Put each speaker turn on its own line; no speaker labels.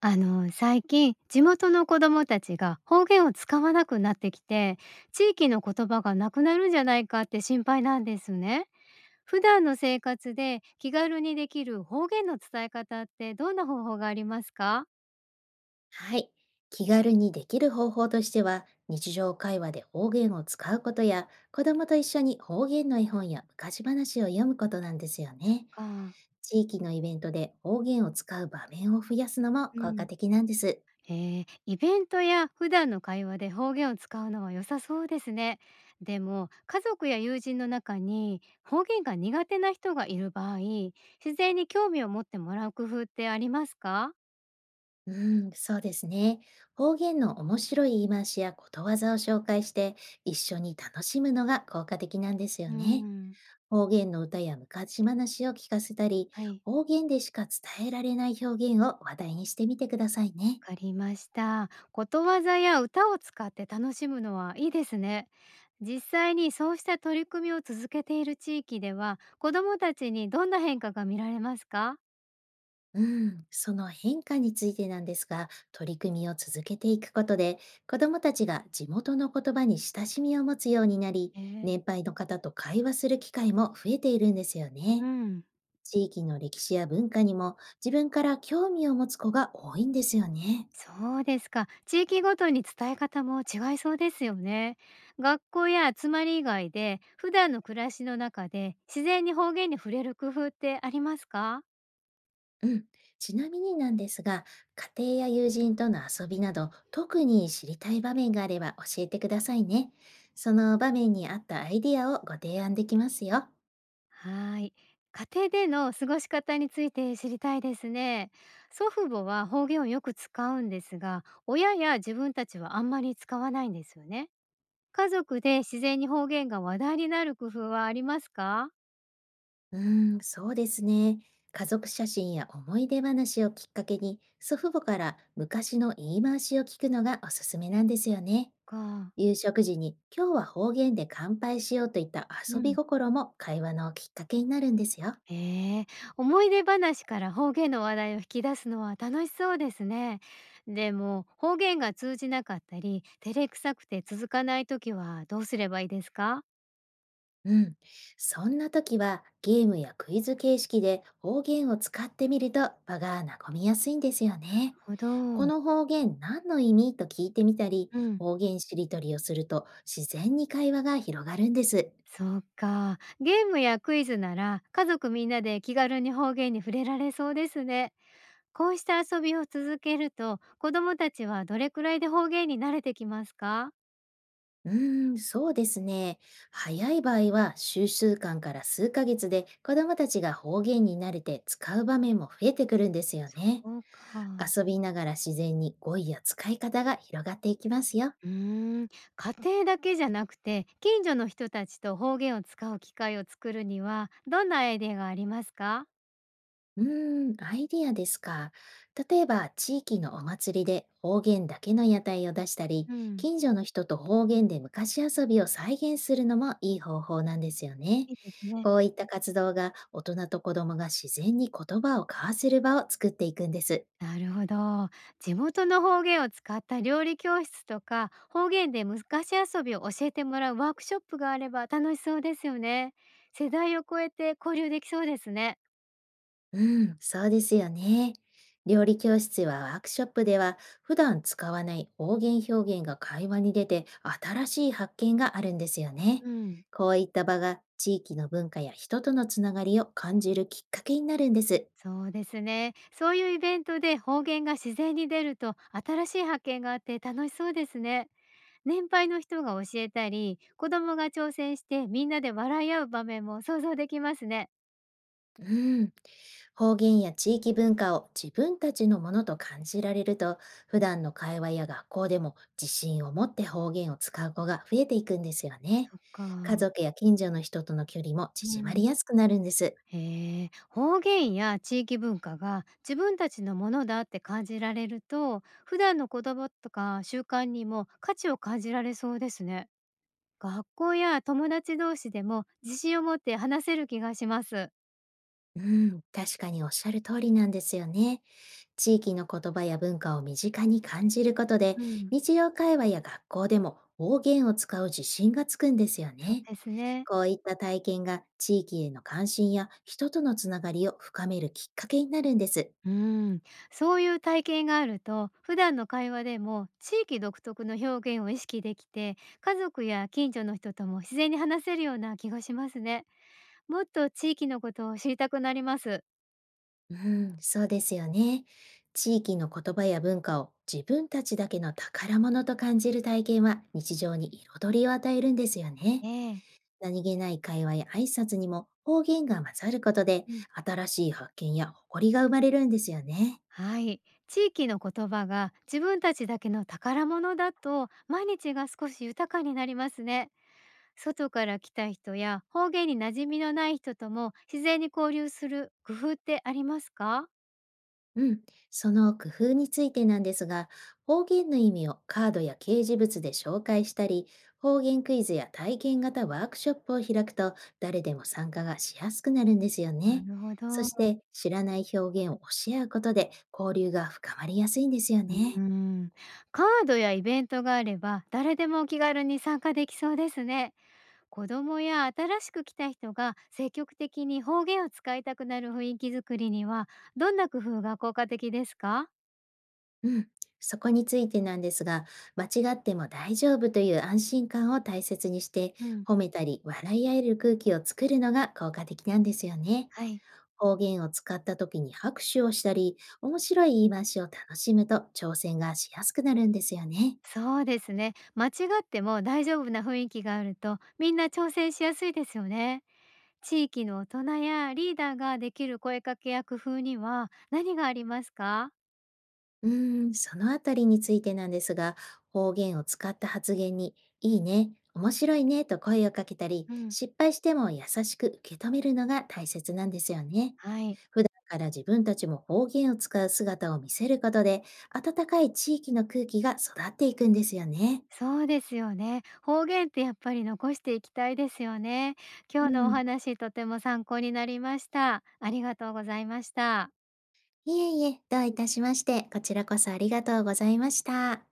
最近地元の子どもたちが方言を使わなくなってきて、地域の言葉がなくなるんじゃないかって心配なんですね。普段の生活で気軽にできる方言の伝え方ってどんな方法がありますか？
はい。気軽にできる方法としては、日常会話で方言を使うことや、子供と一緒に方言の絵本や昔話を読むことなんですよね。
か、
地域のイベントで方言を使う場面を増やすのも
う
効果
ん、
的なんです。
イベントや普段の会話で方言を使うのは良さそうですね。でも家族や友人の中に方言が苦手な人がいる場合、自然に興味を持ってもらう工夫ってありますか？
うん、そうですね。方言の面白い言い回しやことわざを紹介して、一緒に楽しむのが効果的なんですよ
う
ね。
ん。
方言の歌や昔話を聞かせたり、
はい。
方言でしか伝えられない表現を話題にしてみてください
わ
ね。
かりました。ことわざや歌を使って楽しむのはいいですね。実際にそうした取り組みを続けている地域では、子どもたちにどんな変化が見られますか？
うん、その変化についてなんですが、取り組みを続けていくことで、子どもたちが地元の言葉に親しみを持つようになり、
ええ。
年配の方と会話する機会も増えているんですよ
う
ね。
ん、
地域の歴史や文化にも、自分から興味を持つ子が多いんですよね。
そうですか。地域ごとに伝え方も違いそうですよね。学校や集まり以外で、普段の暮らしの中で自然に方言に触れる工夫ってありますか？
うん。ちなみになんですが、家庭や友人との遊びなど、特に知りたい場面があれば教えてくださいね。その場面に合ったアイディアをご提案できますよ。
はーい。家庭での過ごし方について知りたいですね。祖父母は方言をよく使うんですが、親や自分たちはあんまり使わないんですよね。家族で自然に方言が話題になる工夫はありますか？
うーん、そうですね。家族写真や思い出話をきっかけに、祖父母から昔の言い回しを聞くのがおすすめなんですよね。
か。
夕食時に、今日は方言で乾杯しようといった
う
遊び
ん、
心も会話のきっかけになるんですよ。
ええ、思い出話から方言の話題を引き出すのは楽しそうですね。でも方言が通じなかったり、照れくさくて続かないときはどうすればいいですか？
うん。そんな時は、ゲームやクイズ形式で方言を使ってみると、場が和みやすいんですよ
なる
ね。
ほ
こ
ど。
の方言何の意味と聞いてみたり、
うん。
方言しりとりをすると、自然に会話が広がるんです。
そうか。ゲームやクイズなら家族みんなで気軽に方言に触れられそうですね。こうした遊びを続けると子どもたちはどれくらいで方言に慣れてきますか？
うーん、そうですね。早い場合は、数週間から数ヶ月で子どもたちが方言に慣れて、使う場面も増えてくるんですよね。
そうか。
遊びながら自然に語彙や使い方が広がっていきますよ。
うーん、家庭だけじゃなくて近所の人たちと方言を使う機会を作るにはどんなアイデアがありますか？
うーん、アイディアですか。例えば、地域のお祭りで方言だけの屋台を出したり、
うん。
近所の人と方言で昔遊びを再現するのもいい方法なんですよね。
いいですね。
こういった活動が、大人と子供が自然に言葉を交わせる場を作っていくんです。
なるほど。地元の方言を使った料理教室とか、方言で昔遊びを教えてもらうワークショップがあれば楽しそうですよね。世代を超えて交流できそうですね。
うん、そうですよね。料理教室はワークショップでは、普段使わない方言表現が会話に出て、新しい発見があるんですよね。
うん。
こういった場が、地域の文化や人とのつながりを感じるきっかけになるんです。
そうですね。そういうイベントで方言が自然に出ると、新しい発見があって楽しそうですね。年配の人が教えたり、子供が挑戦してみんなで笑い合う場面も想像できますね。
うん。方言や地域文化を自分たちのものと感じられると、普段の会話や学校でも、自信を持って方言を使う子が増えていくんですよね。
そっ
家
か。
族や近所の人との距離も
う
縮まり
ん。
やすくなるんです。
へえ、方言や地域文化が自分たちのものだって感じられると、普段の言葉とか習慣にも価値を感じられそうですね。学校や友達同士でも自信を持って話せる気がします。
うん、確かにおっしゃる通りなんですよね。地域の言葉や文化を身近に感じることで、
うん、
日常会話や学校でも方言を使う自信がつくんですよ
そう
ね。
ですね。
こういった体験が、地域への関心や人とのつながりを深めるきっかけになるんです。
うん、そういう体験があると普段の会話でも地域独特の表現を意識できて、家族や近所の人とも自然に話せるような気がしますね。もっと地域のことを知りたくなります。
うん、そうですよね。地域の言葉や文化を自分たちだけの宝物と感じる体験は、日常に彩りを与えるんですよ
え
ね。
え。
何気ない会話や挨拶にも方言が混ざることで、
うん。
新しい発見や誇りが生まれるんですよね。
はい。地域の言葉が自分たちだけの宝物だと、毎日が少し豊かになりますね。外から来た人や方言に馴染みのない人とも自然に交流する工夫ってありますか？
うん。その工夫についてなんですが、方言の意味をカードや掲示物で紹介したり、方言クイズや体験型ワークショップを開くと、誰でも参加がしやすくなるんですよ
な
ね。
るほ
そ
ど。
し
う
て、知らない表現を教え合うことで、交流が深まりやすいんですよね。
ん。カードやイベントがあれば、誰でも気軽に参加できそうですね。子供や新しく来た人が積極的に方言を使いたくなる雰囲気づくりには、どんな工夫が効果的ですか？
うん、そこについてなんですが、間違っても大丈夫という安心感を大切にして、
うん。
褒めたり笑い合える空気を作るのが効果的なんですよね。
はい、
方言を使った時に拍手をしたり、面白い言い回しを楽しむと、挑戦がしやすくなるんですよね。
そうですね。間違っても大丈夫な雰囲気があると、みんな挑戦しやすいですよね。地域の大人やリーダーができる声かけや工夫には何がありますか？
うーん、そのあたりについてなんですが、方言を使った発言に、いいね、面白いねと声をかけたり、
うん、
失敗しても優しく受け止めるのが大切なんですよね。
はい、
普段から自分たちも方言を使う姿を見せることで、温かい地域の空気が育っていくんですよね。
そうですよね。方言ってやっぱり残していきたいですよね。
う
今日のお
ん。
話とても参考になりました。ありがとうございました。
いえいえ、どういたしまして、こちらこそありがとうございました。